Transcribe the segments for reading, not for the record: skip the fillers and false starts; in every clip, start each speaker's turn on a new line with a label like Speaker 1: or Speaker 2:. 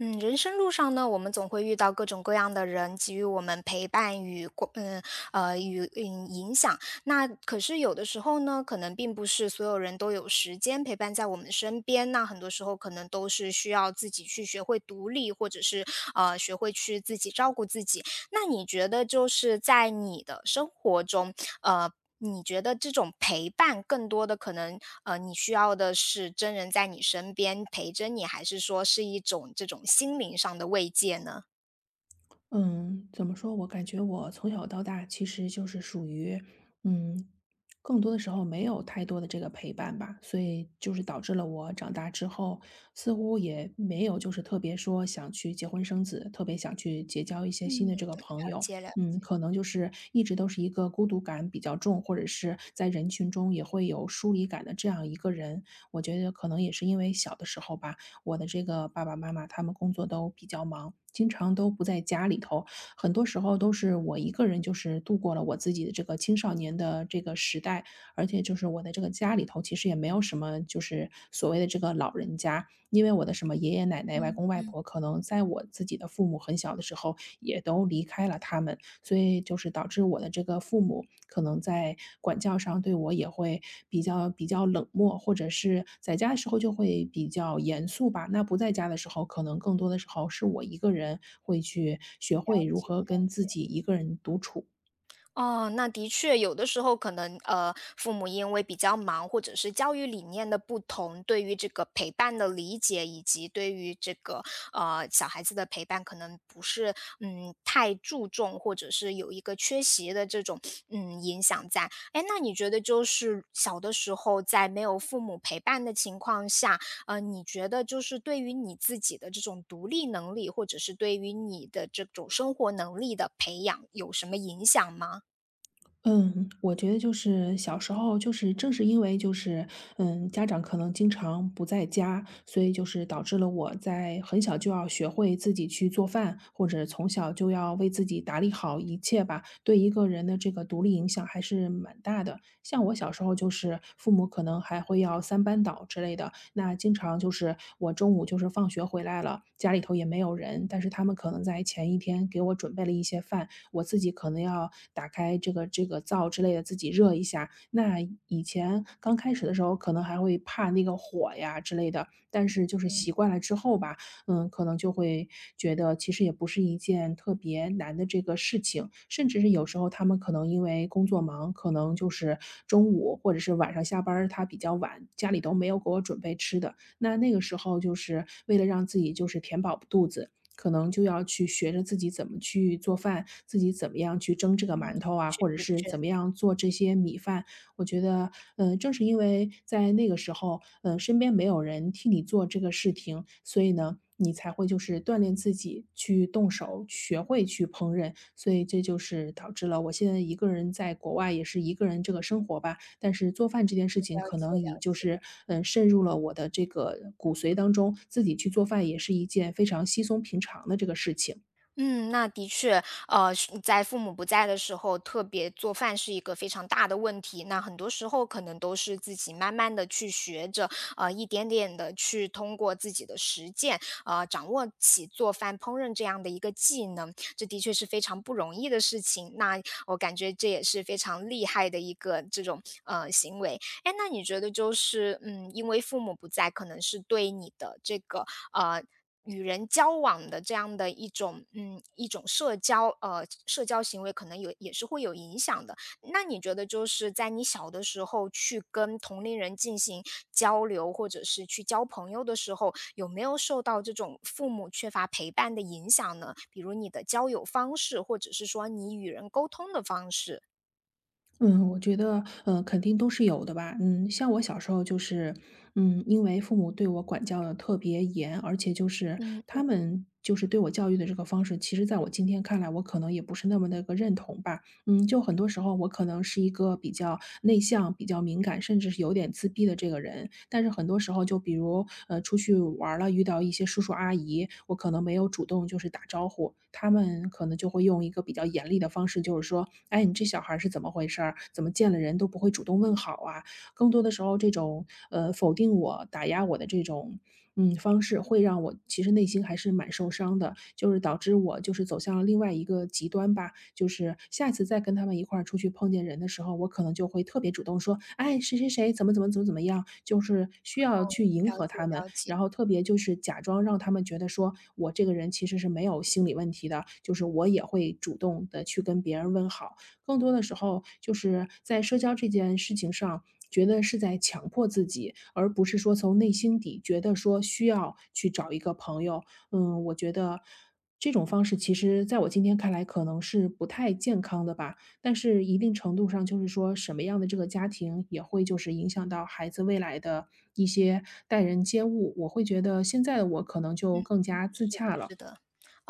Speaker 1: 嗯，人生路上呢，我们总会遇到各种各样的人，给予我们陪伴与过嗯呃与嗯影响。那可是有的时候呢，可能并不是所有人都有时间陪伴在我们身边。那很多时候可能都是需要自己去学会独立，或者是学会去自己照顾自己。那你觉得就是在你的生活中，呃你觉得这种陪伴更多的可能，你需要的是真人在你身边陪着你，还是说是一种这种心灵上的慰藉呢？
Speaker 2: 嗯，怎么说？我感觉我从小到大其实就是属于，嗯，更多的时候没有太多的这个陪伴吧，所以就是导致了我长大之后似乎也没有就是特别说想去结婚生子，特别想去结交一些
Speaker 1: 嗯。
Speaker 2: 新的这个朋
Speaker 1: 了
Speaker 2: 友。
Speaker 1: 解了。
Speaker 2: 嗯，可能就是一直都是一个孤独感比较重，或者是在人群中也会有疏离感的这样一个人。我觉得可能也是因为小的时候吧。我的这个爸爸妈妈他们工作都比较忙，经常都不在家里头，很多时候都是我一个人，就是度过了我自己的这个青少年的这个时代。而且就是我的这个家里头，其实也没有什么就是所谓的这个老人家，因为我的什么爷爷奶奶、外公外婆，可能在我自己的父母很小的时候也都离开了他们。所以就是导致我的这个父母可能在管教上对我也会比较冷漠，或者是在家的时候就会比较严肃吧。那不在家的时候，可能更多的时候是我一个人会去学会如何跟自己一个人独处。
Speaker 1: 哦，那的确，有的时候可能父母因为比较忙，或者是教育理念的不同，对于这个陪伴的理解，以及对于这个小孩子的陪伴，可能不是嗯太注重，或者是有一个缺席的这种影响在。哎，那你觉得就是小的时候在没有父母陪伴的情况下，你觉得就是对于你自己的这种独立能力，或者是对于你的这种生活能力的培养，有什么影响吗？
Speaker 2: 嗯，我觉得就是小时候，就是正是因为就是，家长可能经常不在家，所以就是导致了我在很小就要学会自己去做饭，或者从小就要为自己打理好一切吧，对一个人的这个独立影响还是蛮大的。像我小时候就是父母可能还会要三班倒之类的，那经常就是我中午就是放学回来了，家里头也没有人，但是他们可能在前一天给我准备了一些饭，我自己可能要打开这个灶之类的，自己热一下。那以前刚开始的时候，可能还会怕那个火呀之类的，但是就是习惯了之后吧，可能就会觉得其实也不是一件特别难的这个事情，甚至是有时候他们可能因为工作忙，可能就是中午或者是晚上下班儿他比较晚，家里都没有给我准备吃的，那那个时候就是为了让自己就是填饱肚子，可能就要去学着自己怎么去做饭，自己怎么样去蒸这个馒头啊，
Speaker 1: 是，
Speaker 2: 或者
Speaker 1: 的
Speaker 2: 是
Speaker 1: 确。
Speaker 2: 怎么样做这些米饭。我觉得，正是因为在那个时候，身边没有人替你做这个事情，所以呢，你才会就是锻炼自己去动手，学会去烹饪。所以这就是导致了我现在一个人在国外，也是一个人这个生活吧。但是做饭这件事情
Speaker 1: 了
Speaker 2: 可能
Speaker 1: 解。
Speaker 2: 已就是，渗入了我的这个骨髓当中，自己去做饭也是一件非常稀松平常的这个事情。
Speaker 1: 嗯，那的确，是在父母不在的时候，特别做饭是一个非常大的问题。那很多时候可能都是自己慢慢的去学着，一点点的去通过自己的实践，掌握起做饭、烹饪这样的一个技能，这的确是非常不容易的事情。那我感觉这也是非常厉害的一个这种，行为。诶，那你觉得就是，嗯，因为父母不在，可能是对你的这个，呃与人交往的这样的一种，嗯，一种社交社交行为可能有也是会有影响的。那你觉得就是在你小的时候去跟同龄人进行交流，或者是去交朋友的时候，有没有受到这种父母缺乏陪伴的影响呢？比如你的交友方式，或者是说你与人沟通的方式？
Speaker 2: 嗯，我觉得，嗯肯定都是有的吧。嗯，像我小时候就是，因为父母对我管教的特别严，而且就是
Speaker 1: 嗯，
Speaker 2: 他们就是对我教育的这个方式，其实在我今天看来，我可能也不是那么的一个认同吧。嗯，就很多时候我可能是一个比较内向、比较敏感，甚至是有点自闭的这个人。但是很多时候，就比如出去玩儿了，遇到一些叔叔阿姨，我可能没有主动就是打招呼，他们可能就会用一个比较严厉的方式，就是说，哎，你这小孩儿是怎么回事儿怎么见了人都不会主动问好啊？更多的时候，这种否定我、打压我的这种方式，会让我其实内心还是蛮受伤的，就是导致我就是走向了另外一个极端吧。就是下次再跟他们一块儿出去碰见人的时候，我可能就会特别主动说，哎，谁谁谁怎么怎么怎么怎么样，就是需要去迎
Speaker 1: 了
Speaker 2: 合
Speaker 1: 解
Speaker 2: 他们，
Speaker 1: 了解，
Speaker 2: 然后特别就是假装让他们觉得说我这个人其实是没有心理问题的，就是我也会主动的去跟别人问好。更多的时候就是在社交这件事情上，觉得是在强迫自己，而不是说从内心底觉得说需要去找一个朋友。嗯，我觉得这种方式其实在我今天看来可能是不太健康的吧，但是一定程度上就是说什么样的这个家庭也会就是影响到孩子未来的一些待人接物。我会觉得现在的我可能就更加自
Speaker 1: 是的
Speaker 2: 洽了。
Speaker 1: 是的。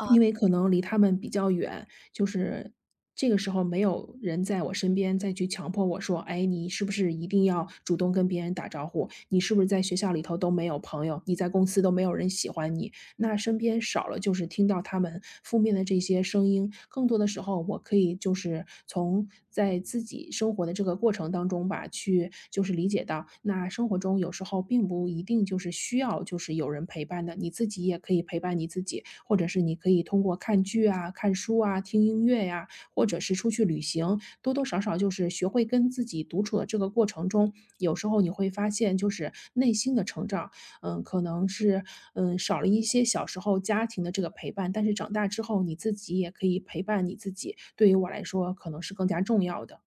Speaker 2: 因为可能离他们比较远，就是这个时候没有人在我身边再去强迫我说：“哎，你是不是一定要主动跟别人打招呼？你是不是在学校里头都没有朋友？你在公司都没有人喜欢你？”那身边少了就是听到他们负面的这些声音，更多的时候我可以就是从在自己生活的这个过程当中吧，去就是理解到，那生活中有时候并不一定就是需要就是有人陪伴的，你自己也可以陪伴你自己，或者是你可以通过看剧啊、看书啊、听音乐呀、或者是出去旅行，多多少少就是学会跟自己独处的这个过程中，有时候你会发现就是内心的成长，嗯，可能是，少了一些小时候家庭的这个陪伴，但是长大之后你自己也可以陪伴你自己，对于我来说可能是更加重要的。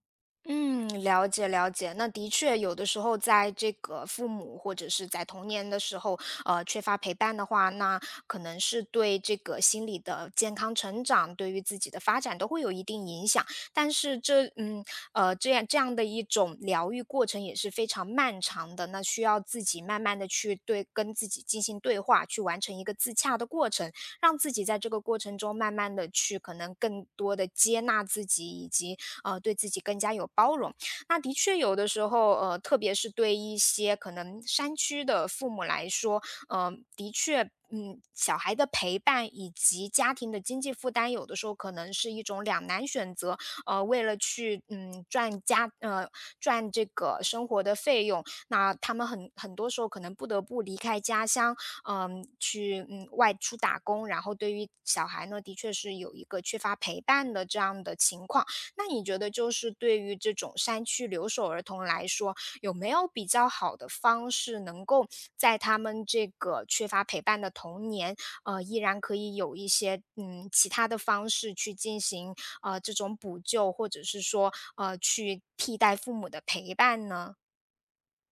Speaker 1: 嗯，了解了解。那的确，有的时候在这个父母或者是在童年的时候，缺乏陪伴的话，那可能是对这个心理的健康成长，对于自己的发展都会有一定影响。但是这，嗯，这样这样的一种疗愈过程也是非常漫长的，那需要自己慢慢的去对跟自己进行对话，去完成一个自洽的过程。让自己在这个过程中慢慢的去可能更多的接纳自己，以及对自己更加有包容。那的确有的时候，特别是对一些可能山区的父母来说，呃，的确。嗯，小孩的陪伴以及家庭的经济负担，有的时候可能是一种两难选择。为了去赚这个生活的费用，那他们很多时候可能不得不离开家乡，嗯，去外出打工，然后对于小孩呢，的确是有一个缺乏陪伴的这样的情况。那你觉得就是对于这种山区留守儿童来说，有没有比较好的方式能够在他们这个缺乏陪伴的童年，依然可以有一些其他的方式去进行这种补救，或者是说去替代父母的陪伴呢？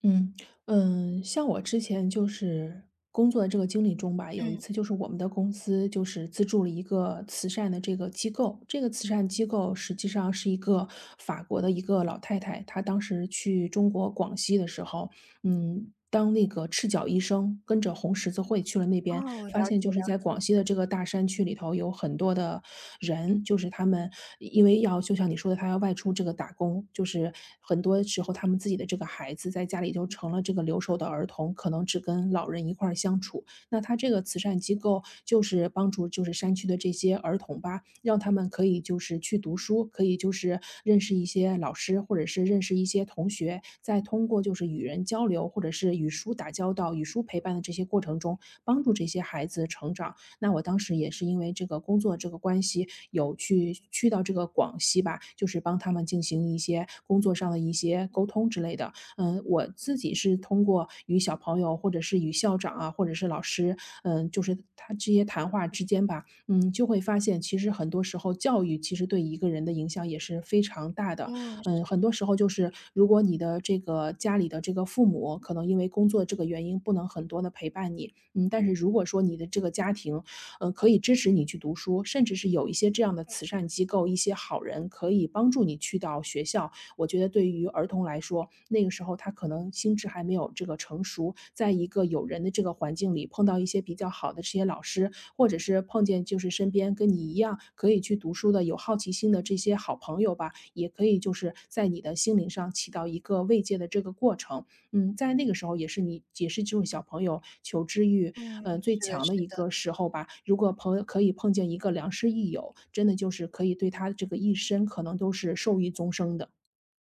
Speaker 2: 嗯，嗯，像我之前就是工作的这个经历中吧，有一
Speaker 1: 嗯
Speaker 2: 次就是我们的公司就是资助了一个慈善的这个机构，这个慈善机构实际上是一个法国的一个老太太，她当时去中国广西的时候，当那个赤脚医生跟着红十字会去了那
Speaker 1: 哦，
Speaker 2: 边，发
Speaker 1: 了
Speaker 2: 现
Speaker 1: 解
Speaker 2: 就是在
Speaker 1: 了，
Speaker 2: 广西的这个大山区里头有很多的人，就是他们因为要就像你说的，他要外出这个打工，就是很多时候他们自己的这个孩子在家里就成了这个留守的儿童，可能只跟老人一块儿相处。那他这个慈善机构就是帮助就是山区的这些儿童吧，让他们可以就是去读书，可以就是认识一些老师，或者是认识一些同学，再通过就是与人交流，或者是与书打交道、与书陪伴的这些过程中，帮助这些孩子成长。那我当时也是因为这个工作这个关系，有去去到这个广西吧，就是帮他们进行一些工作上的一些沟通之类的。我自己是通过与小朋友或者是与校长啊，或者是老师，嗯、就是他这些谈话之间吧，嗯，就会发现其实很多时候教育其实对一个人的影响也是非常大的。
Speaker 1: 嗯
Speaker 2: 嗯，很多时候就是如果你的这个家里的这个父母可能因为工作这个原因不能很多的陪伴你，嗯，但是如果说你的这个家庭可以支持你去读书，甚至是有一些这样的慈善机构，一些好人可以帮助你去到学校。我觉得对于儿童来说，那个时候他可能心智还没有这个成熟，在一个有人的这个环境里，碰到一些比较好的这些老师，或者是碰见就是身边跟你一样可以去读书的、有好奇心的这些好朋友吧，也可以就是在你的心灵上起到一个慰藉的这个过程。嗯，在那个时候也是你也是这种小朋友求知欲，
Speaker 1: 嗯，
Speaker 2: 最
Speaker 1: 是的，
Speaker 2: 强
Speaker 1: 是
Speaker 2: 的一
Speaker 1: 的。
Speaker 2: 个时候吧。如果朋友可以碰见一个良师益友，真的就是可以对他这个一生可能都是受益终生的。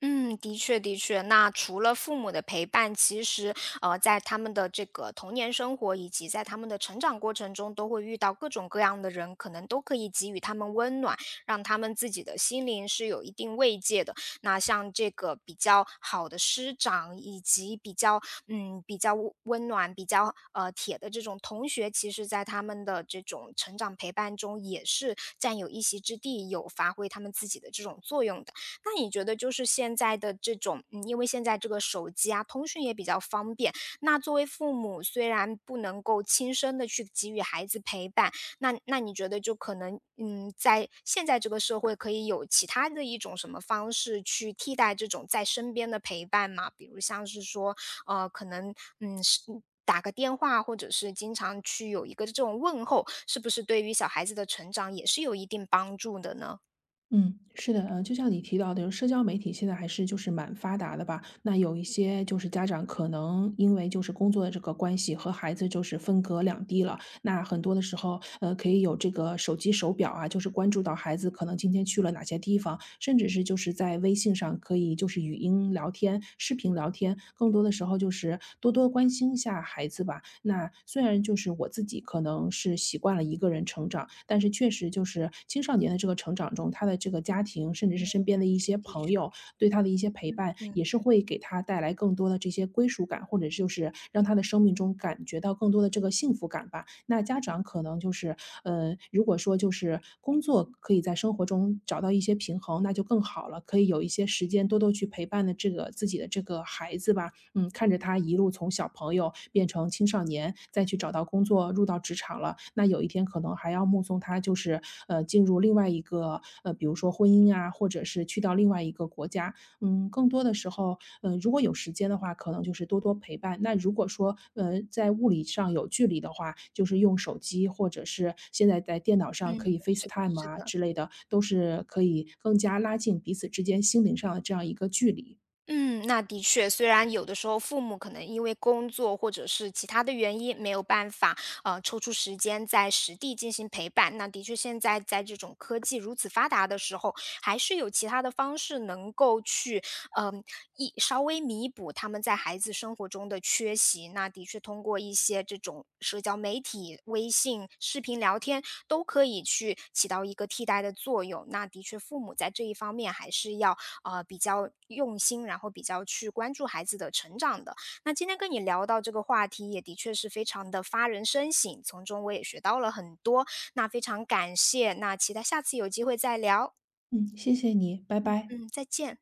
Speaker 1: 嗯，的确的确。那除了父母的陪伴，其实，在他们的这个童年生活，以及在他们的成长过程中，都会遇到各种各样的人，可能都可以给予他们温暖，让他们自己的心灵是有一定慰藉的。那像这个比较好的师长，以及比较嗯比较温温暖、比较铁的这种同学，其实在他们的这种成长陪伴中，也是占有一席之地，有发挥他们自己的这种作用的。那你觉得就是现在的这种，嗯，因为现在这个手机啊，通讯也比较方便。那作为父母，虽然不能够亲身的去给予孩子陪伴，那你觉得就可能，嗯，在现在这个社会可以有其他的一种什么方式去替代这种在身边的陪伴吗？比如像是说，呃，可能，嗯，是打个电话，或者是经常去有一个这种问候，是不是对于小孩子的成长也是有一定帮助的呢？
Speaker 2: 嗯，是的，就像你提到的，社交媒体现在还是就是蛮发达的吧。那有一些就是家长可能因为就是工作的这个关系和孩子就是分隔两地了。那很多的时候，可以有这个手机手表啊，就是关注到孩子可能今天去了哪些地方，甚至是就是在微信上可以就是语音聊天、视频聊天，更多的时候就是多多关心一下孩子吧。那虽然就是我自己可能是习惯了一个人成长，但是确实就是青少年的这个成长中，他的这个家庭甚至是
Speaker 1: 嗯，
Speaker 2: 身边的一些
Speaker 1: 的
Speaker 2: 朋
Speaker 1: 确。
Speaker 2: 友对他的一些陪伴，
Speaker 1: 嗯
Speaker 2: 也是会给他带来更多的这些归属感。或者。或者就是让他的生命中感觉到更多的这个幸福感吧。那家长可能就是，如果说就是工作可以在生活中找到一些平衡，那就更好了，可以有一些时间多多去陪伴的这个自己的这个孩子吧。嗯，看着他一路从小朋友变成青少年，再去找到工作，入到职场了，那有一天可能还要目送他就是，进入另外一个，比如说婚姻啊，或者是去到另外一个国家。嗯，更多的时候，如果有时间的话，可能就是多多陪伴。那如果说，在物理上有距离的话，就是用手机或者是现在在电脑上可
Speaker 1: 嗯，
Speaker 2: 以
Speaker 1: 是的，
Speaker 2: FaceTime
Speaker 1: 是
Speaker 2: 啊
Speaker 1: 的。
Speaker 2: 之类的，都是可以更加拉近彼此之间心灵上的这样一个距离。
Speaker 1: 嗯，那的确，虽然有的时候父母可能因为工作或者是其他的原因没有办法，抽出时间在实地进行陪伴，那的确现在在这种科技如此发达的时候，还是有其他的方式能够去，嗯、稍微弥补他们在孩子生活中的缺席。那的确通过一些这种社交媒体、微信视频聊天，都可以去起到一个替代的作用。那的确，父母在这一方面还是要比较用心，然后比较去关注孩子的成长的。那今天跟你聊到这个话题，也的确是非常的发人深省，从中我也学到了很多。那非常感谢，那期待下次有机会再聊。
Speaker 2: 嗯，谢谢你，拜拜。
Speaker 1: 嗯，再见。